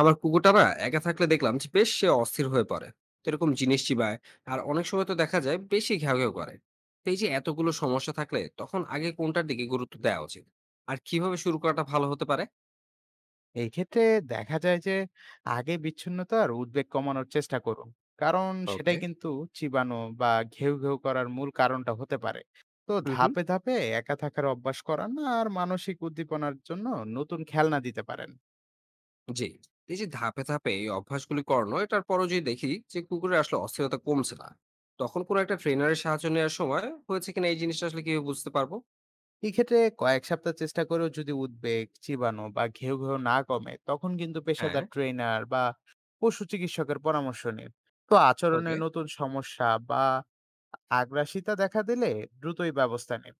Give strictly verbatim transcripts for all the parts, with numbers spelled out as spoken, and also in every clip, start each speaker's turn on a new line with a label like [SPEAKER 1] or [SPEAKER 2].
[SPEAKER 1] আমার কুকুরটা না একা থাকলে দেখলাম যে বেশ সে অস্থির হয়ে পড়ে। তো এরকম জিনিস চিবায়। আর অনেক সময় তো দেখা যায় বেশি ঘেউ ঘেউ করে। তো এই যে এতগুলো সমস্যা থাকলে তখন আগে কোনটার দিকে গুরুত্ব দেওয়া উচিত আর কিভাবে শুরু করাটা ভালো হতে পারে?
[SPEAKER 2] এই ক্ষেত্রে দেখা যায় যে আগে বিচ্ছিন্নতার উদ্বেগ কমানোর চেষ্টা করুন, কারণ
[SPEAKER 1] ওকে।
[SPEAKER 2] সেটাই কিন্তু চিবানো বা ঘেউ ঘেউ করার মূল কারণটা হতে পারে। তো
[SPEAKER 1] হুম হুম
[SPEAKER 2] ধাপে ধাপে একা থাকার অভ্যাস করান আর মানসিক উদ্দীপনার জন্য নতুন খেলনা দিতে পারেন।
[SPEAKER 1] জি। এই যে ধাপে ধাপে এই অভ্যাসগুলি করানো এটার পরও যদি দেখি যে কুকুরের আসলে অস্থিরতা কমছে না, তখন কোনো একটা ট্রেনারের সাহায্য নেওয়ার সময় হয়েছে কিনা এই জিনিসটা আসলে কিভাবে বুঝতে পারবো?
[SPEAKER 2] এই ক্ষেত্রে কয়েক সপ্তাহ চেষ্টা করেও যদি উদ্বেগ, চিবানো বা ঘেউ ঘেউ না কমে তখন কিন্তু
[SPEAKER 1] হ্যাঁ।
[SPEAKER 2] পেশাদার ট্রেনার বা পশু চিকিৎসকের পরামর্শ নিন। তো আচরণে
[SPEAKER 1] ওকে।
[SPEAKER 2] নতুন সমস্যা বা আগ্রাসিতা দেখা দিলে দ্রুতই ব্যবস্থা নিন।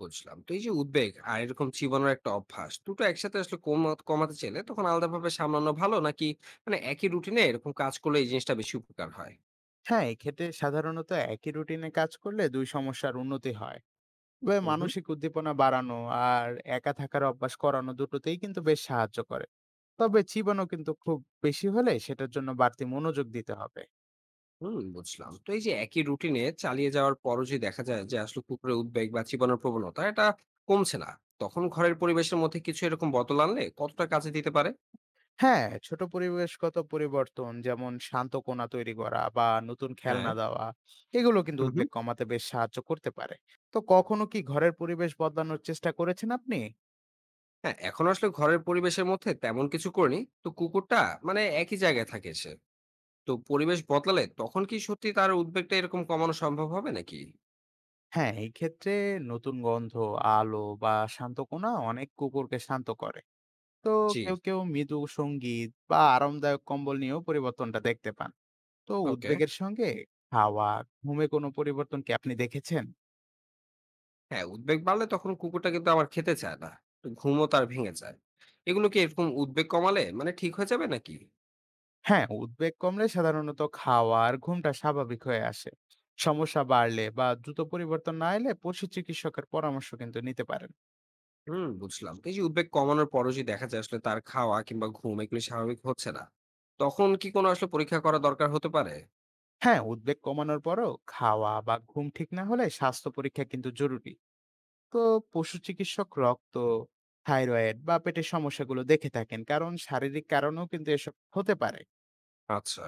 [SPEAKER 1] বুঝলাম। তো এই যে উদ্বেগ আর এরকম চিবানোর একটা অভ্যাস, দুটো একসাথে আসলে কমা কমাতে চাইলে তখন আলাদাভাবে সামলানো ভালো নাকি মানে একই রুটিনে এরকম কাজ করলে এই জিনিসটা বেশি উপকার হয়?
[SPEAKER 2] হ্যাঁ, এক্ষেত্রে সাধারণত একই রুটিনে কাজ করলে দুই সমস্যার উন্নতি হয়। তবে
[SPEAKER 1] হুম, হুম।
[SPEAKER 2] মানসিক উদ্দীপনা বাড়ানো আর একা থাকার অভ্যাস করানো দুটোতেই কিন্তু বেশ সাহায্য করে। তবে চিবানো কিন্তু খুব বেশি হলে সেটার জন্য বাড়তি মনোযোগ দিতে হবে।
[SPEAKER 1] হুম, বুঝলাম। তো এই যে একই রুটিনে চালিয়ে যাওয়ার পরও যদি দেখা যায় যে আসলে কুকুরের উদ্বেগ বা চিবানোর প্রবণতা এটা কমছে না, তখন ঘরের পরিবেশের মধ্যে কিছু এরকম বদল আনলে কতটা কাজে দিতে পারে?
[SPEAKER 2] হ্যাঁ, ছোট পরিবেশগত পরিবর্তন যেমন শান্ত কোণা তৈরি করা বা নতুন
[SPEAKER 1] হ্যাঁ।
[SPEAKER 2] খেলনা দেওয়া, এগুলো কিন্তু
[SPEAKER 1] হুম, হুম।
[SPEAKER 2] উদ্বেগ কমাতে বেশ সাহায্য করতে পারে। তো কখনো কি ঘরের পরিবেশ বদলানোর চেষ্টা করেছেন আপনি?
[SPEAKER 1] হ্যাঁ, এখনো আসলে ঘরের পরিবেশের মধ্যে তেমন কিছু করিনি। তো কুকুরটা মানে একই জায়গায় থাকে সে। তো পরিবেশ বদলালে তখন কি সত্যি তার উদ্বেগটা এরকম কমানো সম্ভব হবে নাকি?
[SPEAKER 2] হ্যাঁ, এই ক্ষেত্রে নতুন গন্ধ, আলো বা শান্ত কোণা অনেক কুকুরকে শান্ত করে। তো
[SPEAKER 1] জি।
[SPEAKER 2] কেউ, কেউ মৃদু সঙ্গীত বা আরামদায়ক কম্বল নিয়েও পরিবর্তনটা দেখতে পান। তো
[SPEAKER 1] ওকে।
[SPEAKER 2] উদ্বেগের সঙ্গে খাওয়া, ঘুমে কোনো পরিবর্তন কি আপনি দেখেছেন?
[SPEAKER 1] হ্যাঁ, উদ্বেগ বাড়লে তখন কুকুরটা কিন্তু আবার খেতে চায় না। তো ঘুমও তার ভেঙে যায়। এগুলো কি এরকম উদ্বেগ কমালে মানে ঠিক হয়ে যাবে নাকি?
[SPEAKER 2] হ্যাঁ, উদ্বেগ কমলে সাধারণত খাওয়া আর ঘুমটা স্বাভাবিক হয়ে আসে। সমস্যা বাড়লে বা দ্রুত পরিবর্তন না এলে পশু চিকিৎসকের পরামর্শ কিন্তু নিতে পারেন।
[SPEAKER 1] হুম, বুঝলাম। তো এই যে উদ্বেগ কমানোর পরও যদি দেখা যায় আসলে তার খাওয়া কিংবা ঘুম এগুলো স্বাভাবিক হচ্ছে না, তখন কি কোনো আসলে পরীক্ষা করা দরকার হতে পারে?
[SPEAKER 2] হ্যাঁ, উদ্বেগ কমানোর পরও খাওয়া বা ঘুম ঠিক না হলে স্বাস্থ্য পরীক্ষা কিন্তু জরুরি। তো পশু চিকিৎসক রক্ত, থাইরয়েড বা পেটের সমস্যাগুলো দেখে থাকেন, কারণ শারীরিক কারণেও কিন্তু এসব হতে পারে।
[SPEAKER 1] আচ্ছা।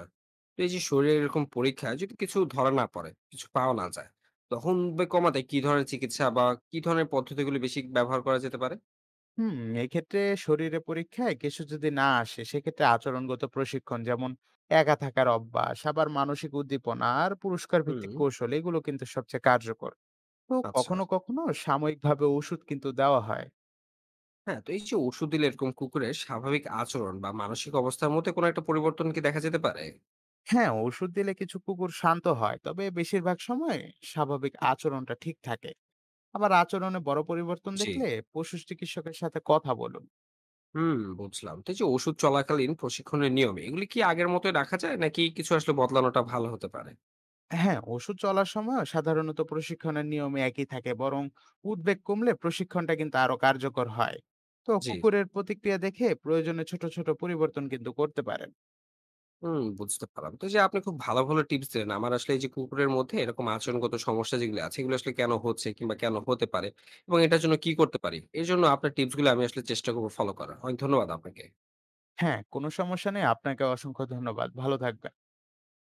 [SPEAKER 1] তো এই যে শরীরে এরকম পরীক্ষায় যদি কিছু ধরা না পড়ে, কিছু পাওয়া না যায়, তখন উদ্বেগ কমাতে কি ধরনের চিকিৎসা বা কি ধরনের পদ্ধতিগুলো বেশি ব্যবহার করা যেতে পারে?
[SPEAKER 2] হুম, এক্ষেত্রে শরীরে পরীক্ষায় কিছু যদি না আসে সেক্ষেত্রে আচরণগত প্রশিক্ষণ যেমন একা থাকার অভ্যাস, আবার মানসিক উদ্দীপনা আর পুরস্কার ভিত্তিক
[SPEAKER 1] হুম,
[SPEAKER 2] কৌশল, এগুলো কিন্তু সবচেয়ে কার্যকর। তো
[SPEAKER 1] আচ্ছা।
[SPEAKER 2] কখনো কখনো সাময়িকভাবে ওষুধ কিন্তু দেওয়া হয়।
[SPEAKER 1] হ্যাঁ, তো এই যে ওষুধ দিলে এরকম কুকুরের স্বাভাবিক আচরণ বা মানসিক অবস্থার মধ্যে কোনো একটা পরিবর্তন কি দেখা যেতে পারে?
[SPEAKER 2] হ্যাঁ, ওষুধ দিলে কিছু কুকুর শান্ত হয় তবে বেশিরভাগ সময় স্বাভাবিক আচরণটা ঠিক থাকে। আবার আচরণে বড় পরিবর্তন
[SPEAKER 1] জি।
[SPEAKER 2] দেখলে পশু চিকিৎসকের সাথে কথা বলুন।
[SPEAKER 1] হুম, বুঝলাম। তো এই যে ওষুধ চলাকালীন প্রশিক্ষণের নিয়ম, এগুলি কি আগের মতোই রাখা যায় নাকি কিছু আসলে বদলানোটা ভালো হতে পারে?
[SPEAKER 2] হ্যাঁ, ওষুধ চলার সময় সাধারণত প্রশিক্ষণের নিয়মে একই থাকে, বরং উদ্বেগ কমলে প্রশিক্ষণটা কিন্তু আরো কার্যকর হয়। তো
[SPEAKER 1] জি।
[SPEAKER 2] কুকুরের প্রতিক্রিয়া দেখে প্রয়োজনে ছোট ছোট পরিবর্তন কিন্তু করতে পারেন।
[SPEAKER 1] হুম, বুঝতে পারলাম। তো এই যে আপনি খুব ভালো, ভালো টিপস দিলেন। আমার আসলে এই যে কুকুরের মধ্যে এরকম আচরণগত সমস্যা যেগুলো আছে, এগুলো আসলে কেন হচ্ছে কিংবা কেন হতে পারে এবং এটার জন্য কি করতে পারি, এজন্য আপনার টিপসগুলো আমি আসলে চেষ্টা করব ফলো করার। অনেক ধন্যবাদ আপনাকে।
[SPEAKER 2] হ্যাঁ, কোনো সমস্যা নেই। আপনাকে অসংখ্য ধন্যবাদ, ভালো থাকবেন।